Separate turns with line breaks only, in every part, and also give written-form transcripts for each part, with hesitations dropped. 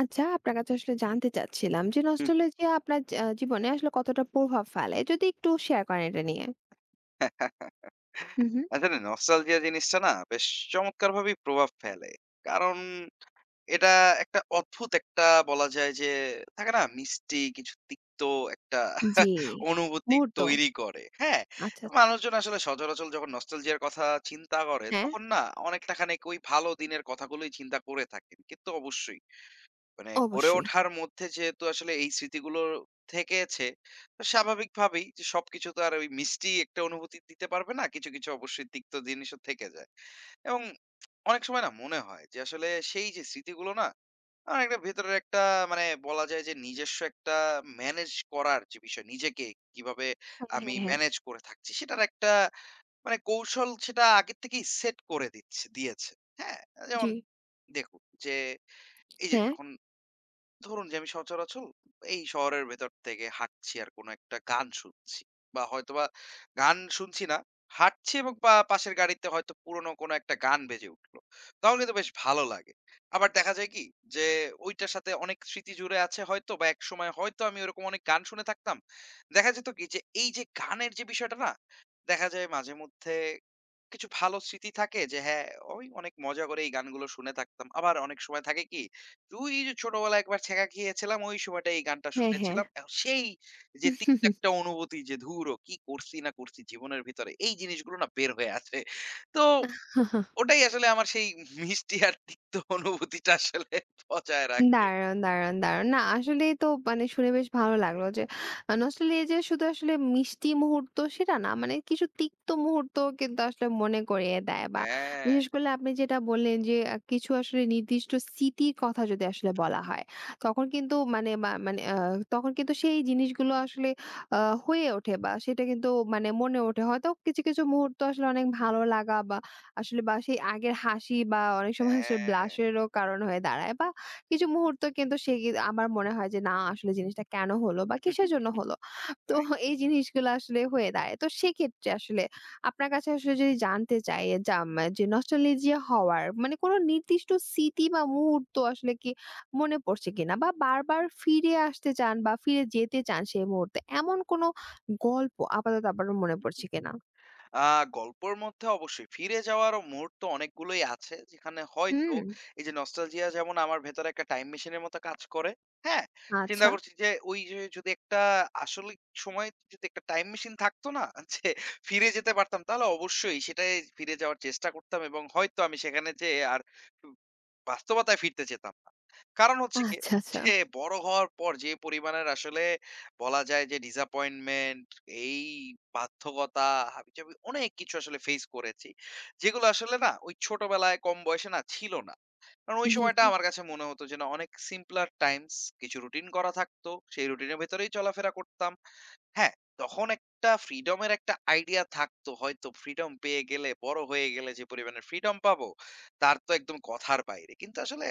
আচ্ছা, আপনার কাছে আসলে জানতে চাচ্ছিলাম যে
হুম,
নস্টালজিয়া আপনার জ আ জীবনে আসলে কতটা প্রভাব ফেলে? যদি একটু শেয়ার করেন এটা নিয়ে। হু, হু।
আসলে নস্টালজিয়া জিনিসটা না বেশ চমৎকারভাবেই প্রভাব ফেলে। কারণ এটা একটা অদ্ভুত একটা বলা যায় যে থাকে না মিষ্টি কিছু তিক্ত একটা
জি,
অনুভূতি
মুহূর্ত।
তৈরি করে। হ্যাঁ?
আচ্ছা, আচ্ছা।
মানুষজন আসলে সচরাচর যখন নস্টালজিয়ার কথা চিন্তা করে
হ্যাঁ,
তখন না অনেকটা খানিক ওই ভালো দিনের কথাগুলোই চিন্তা করে থাকেন। কিন্তু অবশ্যই মানে গড়ে
অবশ্যই।
ওঠার মধ্যে যেহেতু আসলে এই স্মৃতিগুলো থেকেছে, তো স্বাভাবিকভাবেই যে সবকিছু তো আর ওই মিষ্টি একটা অনুভূতি দিতে পারবে না। কিছু, কিছু অবশ্যই তিক্ত জিনিসও থেকে যায়। এবং অনেক সময় না মনে হয় যে আসলে সেই যে স্মৃতিগুলো না আমার একটা ভেতরের একটা মানে বলা যায় যে নিজস্ব একটা ম্যানেজ করার যে বিষয়, নিজেকে কিভাবে
হ্যাঁ,
আমি
হ্যাঁ, হ্যাঁ।
ম্যানেজ করে থাকছি সেটার একটা মানে কৌশল সেটা আগের থেকেই সেট করে দিয়েছে। হ্যাঁ?
জি।
যেমন দেখুন যে এই যে
হ্যাঁ,
যখন ধরুন যে আমি সচরাচর এই শহরের ভেতর থেকে হাঁটছি আর কোনো একটা গান শুনছি। বা হয়তোবা গান শুনছি না। হাঁটছি এবং পাশের গাড়িতে হয়তো পুরনো কোনো একটা গান বেজে উঠলো। তখন কিন্তু বেশ ভালো লাগে। আবার দেখা যায় কি যে ঐটার সাথে অনেক স্মৃতি জুড়ে আছে হয়তো বা একসময় হয়তো আমি ওরকম অনেক গান শুনে থাকতাম। দেখা যেত কি যে এই যে গানের যে বিষয়টা না, দেখা যায় মাঝে মধ্যে কিছু ভালো স্মৃতি থাকে যে হ্যাঁ, ওই অনেক মজা করে এই গানগুলো শুনে থাকতাম। আবার অনেক সময় থাকে কি ওই যে ছোটবেলায় একবার ছ্যাঁকা খেয়েছিলাম, ওই সময়টা এই গানটা
হ্যাঁ, হ্যাঁ।
শুনেছিলাম। এখন সেই যে তিক্ত একটা অনুভূতি যে ধুরো কি করছি না করছি জীবনের ভিতরে, এই জিনিসগুলো না বের হয়ে আসে। তো ওটাই আসলে আমার সেই মিষ্টি আর তিক্ত অনুভূতিটা আসলে বজায় রাখে।
দারুণ, দারুণ, দারুণ। না আসলেই তো মানে শুনে বেশ ভালো লাগলো যে নস্টালজিয়া যে শুধু আসলে মিষ্টি মুহূর্ত সেটা না। মানে কিছু তিক্ত মুহূর্ত কিন্তু আসলে মনে করিয়ে দেয় বা
হ্যাঁ,
বিশেষ করে আপনি যেটা বললেন যে কিছু আসলে নির্দিষ্ট স্মৃতির কথা যদি আসলে বলা হয়, তখন কিন্তু মানে মা মানে আ তখন কিন্তু সেই জিনিসগুলো আসলে আ হয়ে ওঠে বা সেটা কিন্তু মানে মনে ওঠে। হয়তো কিছু, কিছু মুহূর্ত আসলে অনেক ভালো লাগা বা আসলে বা সেই আগের হাসি বা অনেক সময় আসলে blush
হ্যাঁ।
এরও কারণ হয়ে দাঁড়ায় বা কিছু মুহূর্ত কিন্তু সে কি আমার মনে হয় যে না আসলে জিনিসটা কেন হলো বা কিসের জন্য হলো? তো
তাই
এই জিনিসগুলো আসলে হয়ে দাঁড়ায়। তো সেক্ষেত্রে আসলে আপনার কাছে আসলে যদি জানতে চাই যে নস্টালজিয়া হওয়ার মানে কোন নির্দিষ্ট স্মৃতি বা মুহূর্ত আসলে কি মনে পড়ছে কিনা? বা বারবার ফিরে আসতে চান বা ফিরে যেতে চান সেই মুহূর্তে এমন কোন গল্প আপাতত আপনার মনে পড়ছে কিনা?
আ গল্পর মধ্যে অবশ্যই ফিরে যাওয়ার মুহূর্ত অনেকগুলোই আছে। যেখানে হয়তো
হুম।
এই যে নস্টালজিয়া যেমন আমার ভেতরে একটা টাইম মেশিন এর মতো কাজ করে। হ্যাঁ? চিন্তা
আচ্ছা।
করছি যে ওই যে যদি একটা আসলে সময় যদি একটা টাইম মেশিন থাকতো না? যে ফিরে যেতে পারতাম তাহলে অবশ্যই সেটায় ফিরে যাওয়ার চেষ্টা করতাম এবং হয়তো আমি সেখানে যেয়ে আর উ বাস্তবতায় ফিরতে চেতাম না। কারণ হচ্ছে গিয়ে
আচ্ছা, আচ্ছা।
যে বড় হওয়ার পর যে পরিমাণের আসলে বলা যায় যে ডিসঅ্যাপয়েন্টমেন্ট এই বাধ্যকতা, হাবিজাবি অনেক কিছু আসলে ফেস করেছি। যেগুলো আসলে না ওই ছোটবেলায় কম বয়সে না ছিল না। কারণ ওই
জি,
সময়টা
জি।
আমার কাছে মনে হতো যে না অনেক simpler times কিছু রুটিন করা থাকতো। সেই রুটিনের ভেতরেই চলাফেরা করতাম। হ্যাঁ, তখন একটা ফ্রিডমের একটা আইডিয়া থাকতো হয়তো ফ্রিডম পেয়ে গেলে, বড় হয়ে গেলে যে পরিমাণের ফ্রিডম পাবো, তার তো একদম কথার বাইরে। কিন্তু আসলে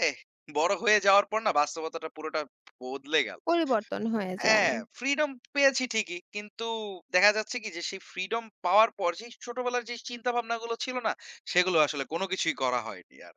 বড় হয়ে যাওয়ার পর না বাস্তবতাটা পুরোটা বদলে গেল।
পরিবর্তন হয়ে যায়।
হ্যাঁ, ফ্রিডম পেয়েছি ঠিকই। কিন্তু দেখা যাচ্ছে কি যে সেই ফ্রিডম পাওয়ার পর সেই ছোটবেলার যে চিন্তাভাবনাগুলো ছিল না? সেগুলো আসলে কোন কিছুই করা হয়নি আর।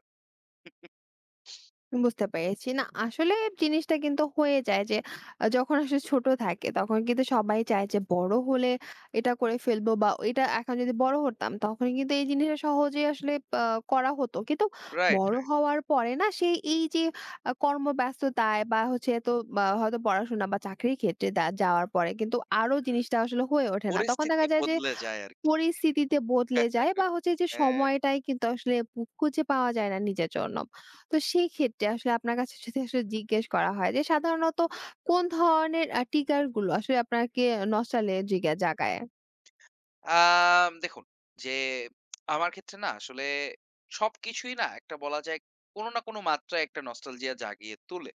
বুঝতে পেরেছি। না আসলে জিনিসটা কিন্তু হয়ে যায় যে যখন আসলে ছোট থাকে তখন কিন্তু সবাই চায় যে বড় হলে এটা করে ফেলবো বা এটা এখন যদি বড় হতাম তখন কিন্তু এই জিনিসটা সহজেই আসলে আ করা হতো। কিন্তু
রাইট,
বড়
রাইট।
হওয়ার পরে না সেই এই যে কর্মব্যস্ততায় বা হচ্ছে এত বা হয়তো পড়াশোনা বা চাকরির ক্ষেত্রে যাওয়ার পরে কিন্তু আরো
হুম,
জিনিসটা আসলে হয়ে ওঠে না। তখন
পরিস্থিতি
দেখা যায় যে
বদলে যায় আরকি।
পরিস্থিতিতে বদলে যায় বা হচ্ছে যে
হ্যাঁ।
সময়টাই কিন্তু আসলে খুঁজে পাওয়া যায় না নিজের জন্য। তো সেই ক্ষেত্রে আসলে আপনার কাছে যদি আসলে জিজ্ঞেস করা হয় যে সাধারণত কোন ধরনের trigger গুলো আসলে আপনাকে নস্টালজিয়া জাগায়?
দেখুন যে আমার ক্ষেত্রে না আসলে সবকিছুই না একটা বলা যায় কোনো না কোনো মাত্রায় একটা নস্টালজিয়া জাগিয়ে তোলে।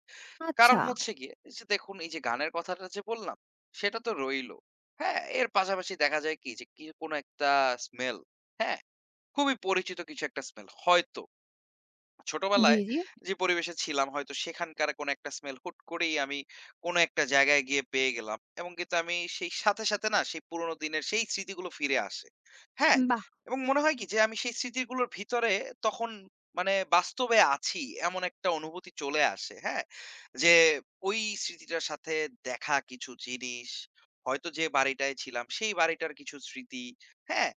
কারণ
আচ্ছা।
হচ্ছে গিয়ে যে দেখুন এই যে গানের কথাটা যে বললাম, সেটা তো রইলো। হ্যাঁ? এর পাশাপাশি দেখা যায় কি যে কি কোনো একটা স্মেল, হ্যাঁ? খুবই পরিচিত কিছু একটা স্মেল হয়তো।
জি,
ছোটবেলায়
জি।
যে পরিবেশে ছিলাম হয়তো সেখানকার কোনো একটা স্মেল হুট করেই আমি কোনো একটা জায়গায় গিয়ে পেয়ে গেলাম এবং কিন্তু আমি সেই সাথে সাথে না সেই পুরোনো দিনের সেই স্মৃতিগুলো ফিরে আসে হ্যাঁ
বাহ!
এবং মনে হয় কি যে আমি সেই স্মৃতিগুলোর ভিতরে তখন মানে বাস্তবে আছি এমন একটা অনুভূতি চলে আসে হ্যাঁ যে ওই স্মৃতিটার সাথে দেখা কিছু জিনিস হয়তো যে বাড়িটায় ছিলাম সেই বাড়িটার কিছু স্মৃতি হ্যাঁ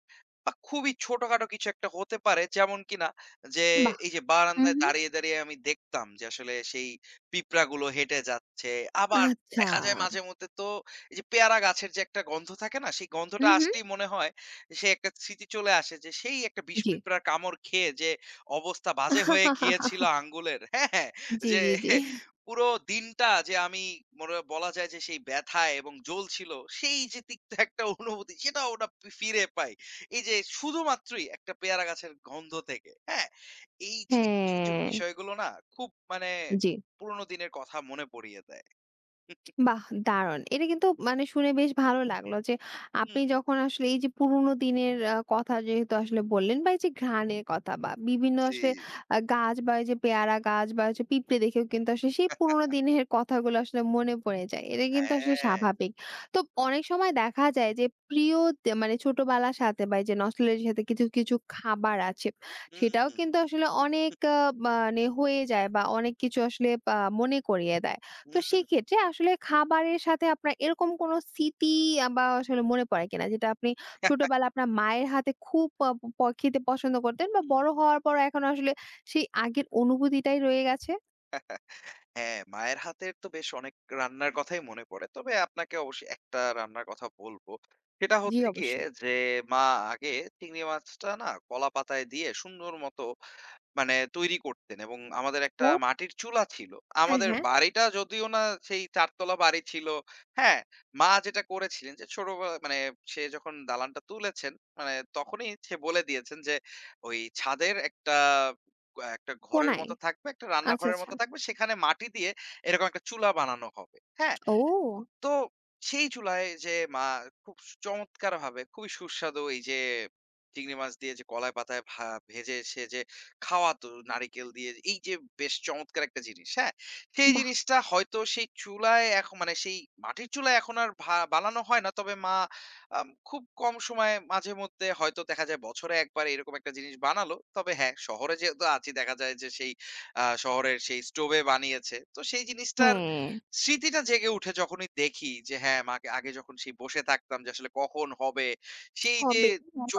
বা খুবই ছোটখাটো কিছু একটা হতে পারে যেমন কিনা যে
বাহ!
এই যে
হুম,
বারান্দায়
হুম।
দাঁড়িয়ে, দাঁড়িয়ে আমি দেখতাম যে আসলে সেই পিঁপড়াগুলো হেঁটে যাচ্ছে। আবার
আচ্ছা।
দেখা যায় মাঝে মধ্যে তো এই যে পেয়ারা গাছের যে একটা গন্ধ থাকে না? সেই গন্ধটা
হুম, হুম।
আসলেই মনে হয় যে সে একটা স্মৃতি চলে আসে যে সেই একটা বিষ
জি।
পিঁপড়ার কামড় খেয়ে যে অবস্থা বাজে হয়ে গিয়েছিল আঙ্গুলের। হ্যাঁ, হ্যাঁ।
জি,
যে
জি, জি।
পুরো দিনটা যে আমি মনে হয় বলা যায় যে সেই ব্যথায় এবং জ্বলছিল সেই যে তিক্ত একটা অনুভূতি সেটাও ওটা ফিরে পাই। এই যে শুধুমাত্রই একটা পেয়ারা গাছের গন্ধ থেকে। হ্যাঁ? এই যে কিছু, কিছু
হ্যাঁ,
বিষয়গুলো না খুব মানে
জি।
পুরোনো দিনের কথা মনে পড়িয়ে দেয়।
বাহ! দারুণ। এটা কিন্তু মানে শুনে বেশ ভালো লাগলো যে
হুম,
আপনি যখন আসলে এই যে পুরোনো দিনের কথা যেহেতু আসলে বললেন বা এই যে ঘ্রাণের কথা বা বিভিন্ন
জি,
আসলে গাছ বা এই যে পেয়ারা গাছ বা হচ্ছে পিঁপড়ে দেখেও কিন্তু আসলে সেই পুরোনো দিনের কথাগুলো আসলে মনে পড়ে যায়। এটা কিন্তু আসলে
হ্যাঁ,
স্বাভাবিক। তো অনেক সময় দেখা যায় যে প্রিয় তে মানে ছোটবেলার সাথে বা এই যে নস্টালজিয়ার সাথে কিছু, কিছু খাবার আছে। সেটাও
হুম,
কিন্তু আসলে অনেক মানে হয়ে যায় বা অনেক কিছু আসলে মনে করিয়ে দেয়। তো
হুম।
সেক্ষেত্রে আসলে খাবারের সাথে আপনার এরকম কোনো স্মৃতি বা আসলে মনে পড়ে কিনা? যেটা আপনি ছোটবেলায় আপনার মায়ের হাতে খুব আহ, প প খেতে পছন্দ করতেন বা বড় হওয়ার পরও এখন আসলে সেই আগের অনুভূতিটাই রয়ে গেছে?
হ্যাঁ, মায়ের হাতের তো বেশ অনেক রান্নার কথাই মনে পড়ে। তবে আপনাকে অবশ্যই একটা রান্নার কথা বলব। সেটা
জি,
হচ্ছে গিয়ে
অবশ্যই।
যে মা আগে চিংড়ি মাছটা না কলা পাতায় দিয়ে সুন্দর মতো মানে তৈরি করতেন এবং আমাদের একটা
ও
মাটির চুলা ছিল।
হ্যাঁ,
আমাদের
হ্যাঁ।
বাড়িটা যদিও না সেই ৪ তলা বাড়ি ছিল। হ্যাঁ? মা যেটা করেছিলেন যে ছোটবেলা মানে সে যখন দালানটা তুলেছেন, মানে তখনই সে বলে দিয়েছেন যে ওই ছাদের একটা একটা ঘরের
কোনায়?
মতো থাকবে, একটা
আচ্ছা,
রান্নাঘরের
আচ্ছা।
মতো থাকবে। সেখানে মাটি দিয়ে এরকম একটা চুলা বানানো হবে। হ্যাঁ?
ও
তো সেই চুলায় যে মা খুব চমৎকার ভাবে খুবই সুস্বাদু এই যে চিংড়ি মাছ দিয়ে যে কলাই পাতায় ভেজে সে যে খাওয়াতো নারিকেল দিয়ে এই যে বেশ চমৎকার একটা জিনিস হ্যাঁ সেই
বাহ!
জিনিসটা হয়তো সেই চুলায় এখন মানে সেই মাটির চুলায় এখন আর বানানো হয় না তবে মা খুব কম সময়ে মাঝে মধ্যে হয়তো দেখা যায় বছরে একবার এরকম একটা জিনিস বানালো তবে হ্যাঁ শহরে যেহেতু আছি দেখা যায় যে সেই শহরের সেই স্টোভে বানিয়েছে তো সেই জিনিসটার
হ্যাঁ,
স্মৃতিটা জেগে উঠে যখনই দেখি যে হ্যাঁ, মাকে আগে যখন সেই বসে থাকতাম যে আসলে কখন হবে, সেই যে
হবে।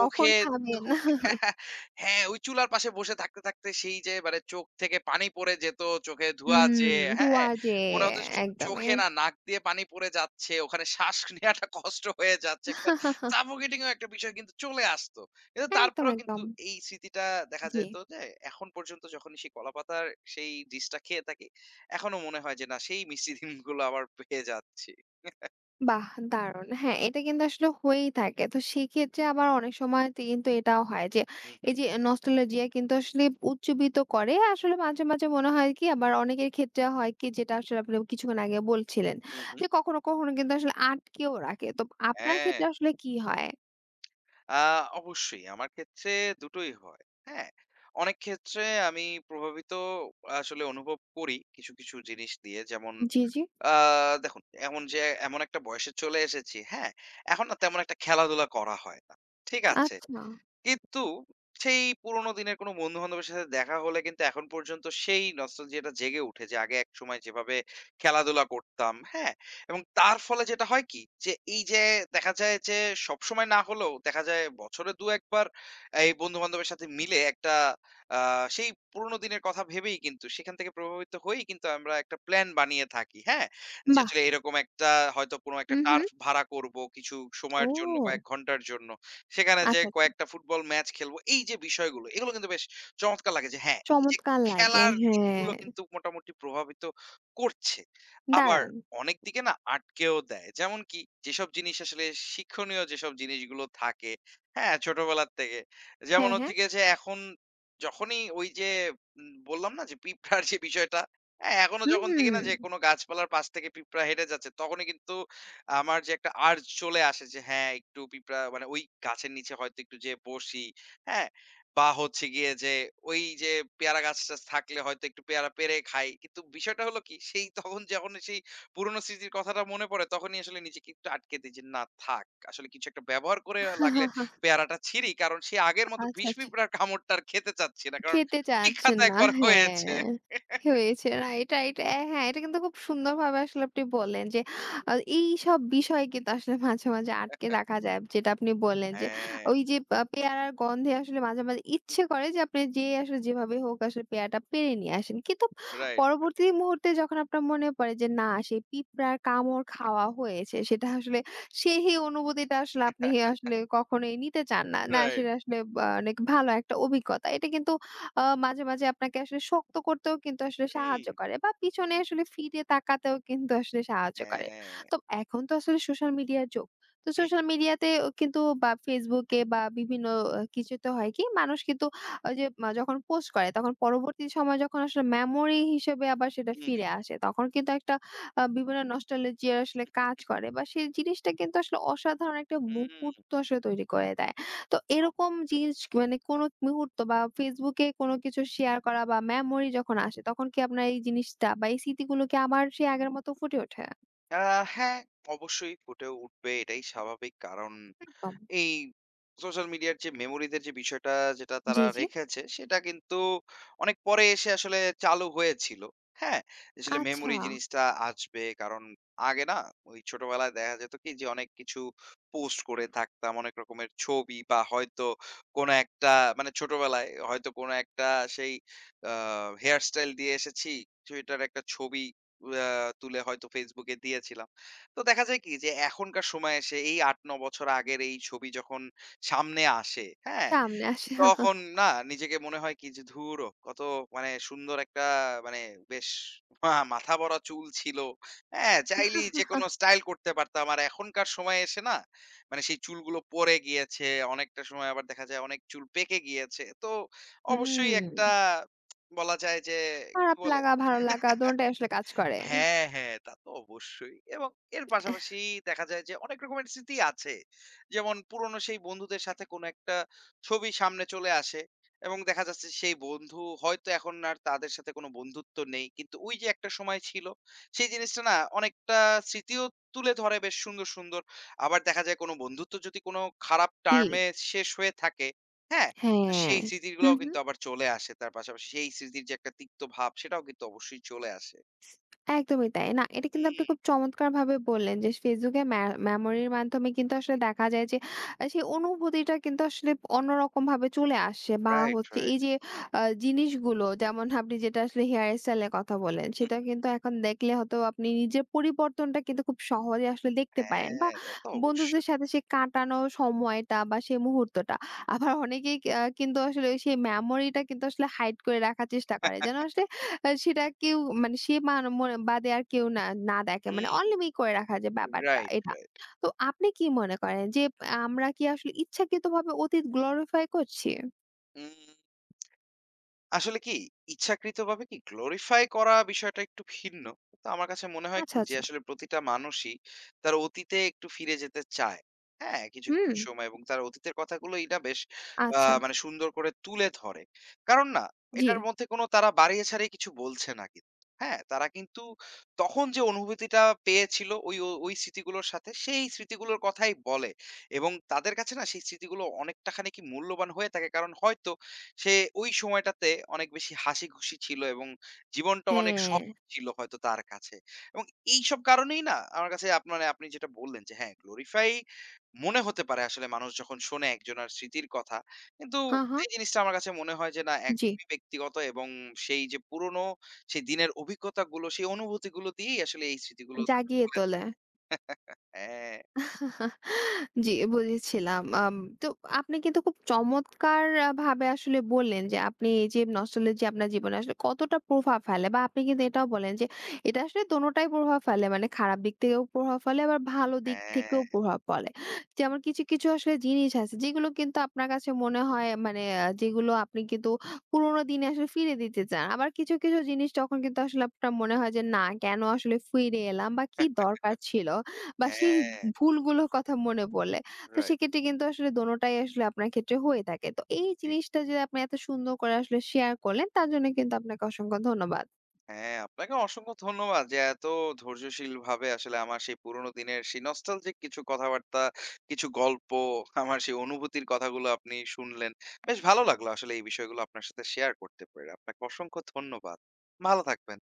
কখন খাবেন?
ধু হ্যাঁ, ওই চুলার পাশে বসে থাকতে, থাকতে সেই যে মানে চোখ থেকে পানি পড়ে যেত, চোখে ধোঁয়া
হুম,
যেয়ে, হ্যাঁ?
ধোঁয়ার যে
মনে হতো যে শুধু
একদমই।
চোখে না, নাক দিয়ে পানি পড়ে যাচ্ছে, ওখানে শ্বাস নেয়াটা কষ্ট হয়ে যাচ্ছে। একটা suffocating ও একটা বিষয় কিন্তু চলে আসতো। কিন্তু
একদম,
তারপরেও
একদম।
কিন্তু এই স্মৃতিটা দেখা
জি।
যেত যে এখন পর্যন্ত যখনই সেই কলাপাতার সেই ডিশটা খেয়ে থাকি এখনো মনে হয় যে না সেই মিষ্টি দিনগুলো আবার পেয়ে যাচ্ছি।
বাহ! দারুণ। হ্যাঁ, এটা কিন্তু আসলে হয়েই থাকে। তো সেক্ষেত্রে আবার অনেক সময় তে কিন্তু এটাও হয় যে,
হু, হু,
এই যে নস্টালজিয়া কিন্তু আসলে উজ্জীবিত করে। আসলে মাঝে, মাঝে মনে হয় কি আবার অনেকের ক্ষেত্রে হয় কি যেটা আসলে আপনি কিছুক্ষণ আগে বলছিলেন
হু, হু।
যে, কখনো, কখনো কিন্তু আসলে আটকেও রাখে। তো আপনার
হ্যাঁ,
ক্ষেত্রে আসলে কি হয়?
আ অবশ্যই আমার ক্ষেত্রে দুটোই হয়। হ্যাঁ? অনেক ক্ষেত্রে আমি প্রভাবিত আসলে অনুভব করি কিছু, কিছু জিনিস দিয়ে। যেমন
জি, জি।
আ দেখুন এমন যে এমন একটা বয়সে চলে এসেছি, হ্যাঁ? এখন না তেমন একটা খেলাধুলা করা হয় না। ঠিক আছে?
আচ্ছা,
কিন্তু সেই পুরোনো দিনের কোনো বন্ধু-বান্ধবের সাথে দেখা হলে কিন্তু এখন পর্যন্ত সেই নস্টালজিয়াটা জেগে উঠে যে আগে একসময় যেভাবে খেলাধুলা করতাম, হ্যাঁ? এবং তার ফলে যেটা হয় কি? যে এই যে দেখা যায় যে সবসময় না হলেও দেখা যায় বছরে ২-১ বার এই বন্ধু-বান্ধবের সাথে মিলে একটা আ সেই পুরোনো দিনের কথা ভেবেই কিন্তু সেখান থেকে প্রভাবিত হয়েই কিন্তু আমরা একটা প্ল্যান বানিয়ে থাকি, হ্যাঁ? যে
বাহ!
আসলে এরকম একটা হয়তো কোনো একটা
হুম, হুম।
টার্ফ ভাড়া করব কিছু
ও!
সময়ের জন্য কয়েক ঘন্টার জন্য। সেখানে
আচ্ছা,
যেয়ে
আচ্ছা।
কয়েকটা ফুটবল ম্যাচ খেলবো। এই যে বিষয়গুলো, এগুলো কিন্তু বেশ চমৎকার লাগে যে হ্যাঁ, এই যে
চমৎকার লাগে।
খেলার
হ্যাঁ,
দিকগুলো কিন্তু মোটামুটি প্রভাবিত করছে। আবার
দারুণ।
অনেক দিকে না আটকেও দেয়। যেমন কি যেসব জিনিস আসলে শিক্ষণীয় যেসব জিনিসগুলো থাকে, হ্যাঁ, ছোটবেলার থেকে। যেমন
হ্যাঁ, হ্যাঁ।
হচ্ছে গিয়ে যে এখন যখনই ওই যে বললাম না যে পিঁপড়ার যে বিষয়টা, হ্যাঁ, এখনো
হুম,
যখন দেখি
হুম।
না যে কোনো গাছপালার পাশ থেকে পিঁপড়া হেঁটে যাচ্ছে তখনই কিন্তু আমার যে একটা আর্জ চলে আসে যে হ্যাঁ, একটু পিঁপড়া মানে ওই গাছের নিচে হয়তো একটু যেয়ে বসি, হ্যাঁ? বা হচ্ছে গিয়ে যে ওই যে পেয়ারা গাছ-টাছ থাকলে হয়তো একটু পেয়ারা পেড়ে খাই। কিন্তু বিষয়টা হলো কি সেই তখন যখন সেই পুরনো স্মৃতির কথাটা মনে পড়ে তখনই আসলে নিজেকে একটু আটকে দেই যে না থাক। আসলে কিছু একটা ব্যবহার করে লাগলে পেয়ারাটা ছিঁড়ি। কারণ সেই আগের মতো
আচ্ছা,
বিষ
আচ্ছা।
পিঁপড়ার কামড়টা আর খেতে চাচ্ছি না। কারণ
খেতে
বিখ্যাত
চাচ্ছেন না।
একবার হয়েছে।
হ্যাঁ, হয়েছে। Right, right. হ্যাঁ, এটা কিন্তু খুব সুন্দরভাবে আসলে আপনি বললেন যে,
হুম,
আ
হুম।
এইসব বিষয় কিন্তু আসলে মাঝে, মাঝে আটকে রাখা যায়। যেটা আপনি বললেন যে,
হ্যাঁ,
ওই যে পেয়ারার গন্ধে আসলে মাঝে, মাঝে ইচ্ছে করে যে আপনি যেয়ে আসলে যেভাবে হোক আসলে পেয়ারাটা পেড়ে নিয়ে আসেন। কিন্তু
রাইট,
পরবর্তী মুহূর্তে যখন আপনার মনে পড়ে যে না সেই পিঁপড়ার কামড় খাওয়া হয়েছে, সেটা আসলে সেই অনুভূতিটা আসলে আপনি আসলে কখনোই নিতে চান না। না
রাইট।
সেটা আসলে বা অনেক ভালো একটা অভিজ্ঞতা। এটা কিন্তু মাঝে, মাঝে আপনাকে আসলে শক্ত করতেও কিন্তু আসলে সাহায্য
হুম,
করে বা পিছনে আসলে ফিরে তাকাতেও কিন্তু আসলে সাহায্য করে।
হ্যাঁ।
তো এখন তো আসলে সোশ্যাল মিডিয়ার যুগ। তো সোশ্যাল মিডিয়াতে ও কিন্তু বা Facebook এ বা বিভিন্ন কিছুতে হয় কি মানুষ কিন্তু ওই যে যখন পোস্ট করে তখন পরবর্তী সময় যখন আসলে মেমোরি হিসেবে আবার সেটা
হুম,
ফিরে আসে। তখন কিন্তু একটা বিভিন্ন নস্টালজিয়া আসলে কাজ করে বা সেই জিনিসটা কিন্তু আসলে অসাধারণ একটা
হুম, হুম,
মুহূর্ত আসলে তৈরি করে দেয়। তো এরকম
অবশ্যই।
জিনিস মানে কোনো মুহূর্ত বা Facebook এ কোনো কিছু শেয়ার করা বা মেমোরি যখন আসে তখন কি আপনার এই জিনিসটা বা এই স্মৃতিগুলো কি আবার সেই আগের মতো ফুটে ওঠে?
আ হ্যাঁ, অবশ্যই ফুটে উঠবে। এটাই স্বাভাবিক। কারণ
একদম।
এই সোশ্যাল মিডিয়ার যে মেমোরিদের যে বিষয়টা যেটা তারা
জি, জি।
রেখেছে সেটা কিন্তু অনেক পরে এসে আসলে চালু হয়েছিল। হ্যাঁ? আসলে
আচ্ছা,
মেমোরি জিনিসটা আসবে কারণ আগে না ওই ছোটবেলায় দেখা যেত কি যে অনেক কিছু পোস্ট করে থাকতাম। অনেক রকমের ছবি বা হয়তো কোনো একটা মানে ছোটবেলায় হয়তো কোনো একটা সেই আ হেয়ার স্টাইল দিয়ে এসেছি। সেটার একটা ছবি আ তুলে হয়তো Facebook এ দিয়েছিলাম। তো দেখা যায় কি যে এখনকার সময়ে এসে এই ৮-৯ বছর আগের এই ছবি যখন সামনে আসে, হ্যাঁ?
সামনে আসে।
তখন না নিজেকে মনে হয় কি যে, "ধুরো! কত মানে সুন্দর একটা মানে বেশ মাথা ভরা চুল ছিল।" হ্যাঁ? চাইলেই যেকোনো স্টাইল করতে পারতাম। আর এখনকার সময়ে এসে না মানে সেই চুলগুলো পড়ে গিয়েছে। অনেকটা সময় আবার দেখা যায় অনেক চুল পেকে গিয়েছে। তো অবশ্যই একটা
হুম,
বলা যায় যে, কি
খারাপ
বলে
লাগা, ভালো লাগা দোনোটাই আসলে কাজ করে।
হ্যাঁ, হ্যাঁ, তা তো অবশ্যই। এবং এর পাশাপাশি দেখা যায় যে অনেক রকমের স্মৃতি আছে। যেমন পুরনো সেই বন্ধুদের সাথে কোনো একটা ছবি সামনে চলে আসে এবং দেখা যাচ্ছে সেই বন্ধু হয়তো এখন আর তাদের সাথে কোনো বন্ধুত্ব নেই। কিন্তু ওই যে একটা সময় ছিল, সেই জিনিসটা না অনেকটা স্মৃতিও তুলে ধরে বেশ সুন্দর, সুন্দর। আবার দেখা যায় কোনো বন্ধুত্ব যদি কোনো খারাপ
জি,
টার্মে শেষ হয়ে থাকে, হ্যাঁ? তো
হ্যাঁ।
সেই
হু,
স্মৃতিগুলোও
হু।
কিন্তু আবার চলে আসে। তার পাশাপাশি সেই স্মৃতির যে একটা তিক্ত ভাব, সেটাও কিন্তু অবশ্যই চলে আসে।
একদমই তাই। না, এটা কিন্তু আপনি খুব
হুম।
চমৎকারভাবে বললেন যে Facebook এ মেমোরির মাধ্যমে কিন্তু আসলে দেখা যায় যে সেই অনুভূতিটা কিন্তু আসলে অন্যরকমভাবে চলে আসে বা
রাইট,
হচ্ছে এই
রাইট।
যে জিনিসগুলো যেমন আপনি যেটা আসলে হেয়ার স্টাইল এর কথা বললেন, সেটা
হুম।
কিন্তু এখন দেখলে হয়তো আপনি নিজের পরিবর্তনটা কিন্তু খুব সহজে আসলে দেখতে পারেন বা
হ্যাঁ, তা তো
বন্ধুদের
অবশ্যই।
সাথে সে কাটানো সময়টা বা সেই মুহূর্তটা। আবার অনেকেই কিন্তু আসলে ওই সেই মেমোরিটা কিন্তু আসলে হাইড করে রাখার চেষ্টা করে। যেন আসলে সেটা কেউ মানে সে মনে বাদে আর কেউ না না দেখে। মানে
হুম।
অনলিমিট করে রাখা যে ব্যাপারটা
রাইট,
এটা।
রাইট।
তো আপনি কি মনে করেন যে আমরা কি আসলে ইচ্ছাকৃতভাবে অতীত গ্লোরিফাই করছি?
হুম। আসলে কি ইচ্ছাকৃতভাবে কি গ্লোরিফাই করা বিষয়টা একটু ভিন্ন। তো আমার কাছে মনে হয় কি
আচ্ছা,
যে
আচ্ছা।
আসলে প্রতিটা মানুষই তার অতীতে একটু ফিরে যেতে চায়। হ্যাঁ, কিছু,
হুম,
কিছু সময় এবং তার অতীতের কথাগুলোই না বেশ
আচ্ছা।
মানে সুন্দর করে তুলে ধরে। কারণ না
জি।
এটার মধ্যে কোনো তারা বাড়িয়ে ছাড়িয়ে কিছু বলছে না কিন্তু। হ্যাঁ, তারা কিন্তু তখন যে অনুভূতিটা পেয়েছিল ও ওই স্মৃতিগুলোর সাথে সেই স্মৃতিগুলোর কথাই বলে এবং তাদের কাছে না সেই স্মৃতিগুলো অনেকটা খানি কি মূল্যবান হয়ে থাকে। কারণ হয়তো সে ওই সময়টাতে অনেক বেশি হাসিখুশি ছিল এবং জীবনটা অনেক
হ্যাঁ।
সহজ ছিল হয়তো তার কাছে। এবং এইসব কারণেই না আমার কাছে মানে আপনি যেটা বললেন যে হ্যাঁ, গ্লোরিফাই মনে হতে পারে আসলে মানুষ যখন শোনে একজনার স্মৃতির কথা। কিন্তু
হ্যাঁ, হ্যাঁ।
এই জিনিসটা আমার কাছে মনে হয় যে না
জি।
একদমই ব্যক্তিগত এবং সেই যে পুরনো সেই দিনের অভিজ্ঞতাগুলো, সেই অনুভূতিগুলো দিয়েই আসলে এই স্মৃতিগুলো তাকে
জাগিয়ে
বলে
তোলে।
দেয়। হ্যাঁ,
জি, বুঝেছিলাম। তো আপনি কিন্তু খুব চমৎকার ভাবে আসলে বললেন যে আপনি এই যে আপনার জীবনে আসলে কতটা প্রভাব ফেলে বা আপনি কিন্তু
হু, হু,
এটাও বলেন যে এটা আসলে দোনোটাই প্রভাব ফেলে। মানে খারাপ দিক থেকেও প্রভাব ফেলে আবার ভালো দিক থেকেও
হ্যাঁ,
প্রভাব ফেলে। যেমন কিছু, কিছু আসলে জিনিস আছে যেগুলো কিন্তু আপনার কাছে মনে হয় মানে যেগুলো আপনি কিন্তু পুরোনো দিনে আসলে ফিরে দিতে চান। আবার কিছু, কিছু জিনিস তখন কিন্তু আসলে আপনার মনে হয় যে না কেন আসলে ফিরে এলাম বা কি দরকার ছিল বা সেই
হ্যাঁ,
ভুলগুলোর কথা মনে পড়লে। তো
রাইট।
সেক্ষেত্রে কিন্তু আসলে দোনোটাই আসলে আপনার ক্ষেত্রে হয়ে থাকে। তো এই
জি।
জিনিসটা যে আপনি এত সুন্দর করে আসলে শেয়ার করলেন তার জন্য কিন্তু আপনাকে অসংখ্য ধন্যবাদ।
হ্যাঁ, আপনাকে অসংখ্য ধন্যবাদ যে এত ধৈর্যশীলভাবে আসলে আমার সেই পুরোনো দিনের সেই নস্টালজিক কিছু কথাবার্তা, কিছু গল্প, আমার সেই অনুভূতির কথাগুলো আপনি শুনলেন। বেশ ভালো লাগলো আসলে এই বিষয়গুলো আপনার সাথে শেয়ার করতে পেরে। আপনাকে অসংখ্য ধন্যবাদ। ভালো থাকবেন।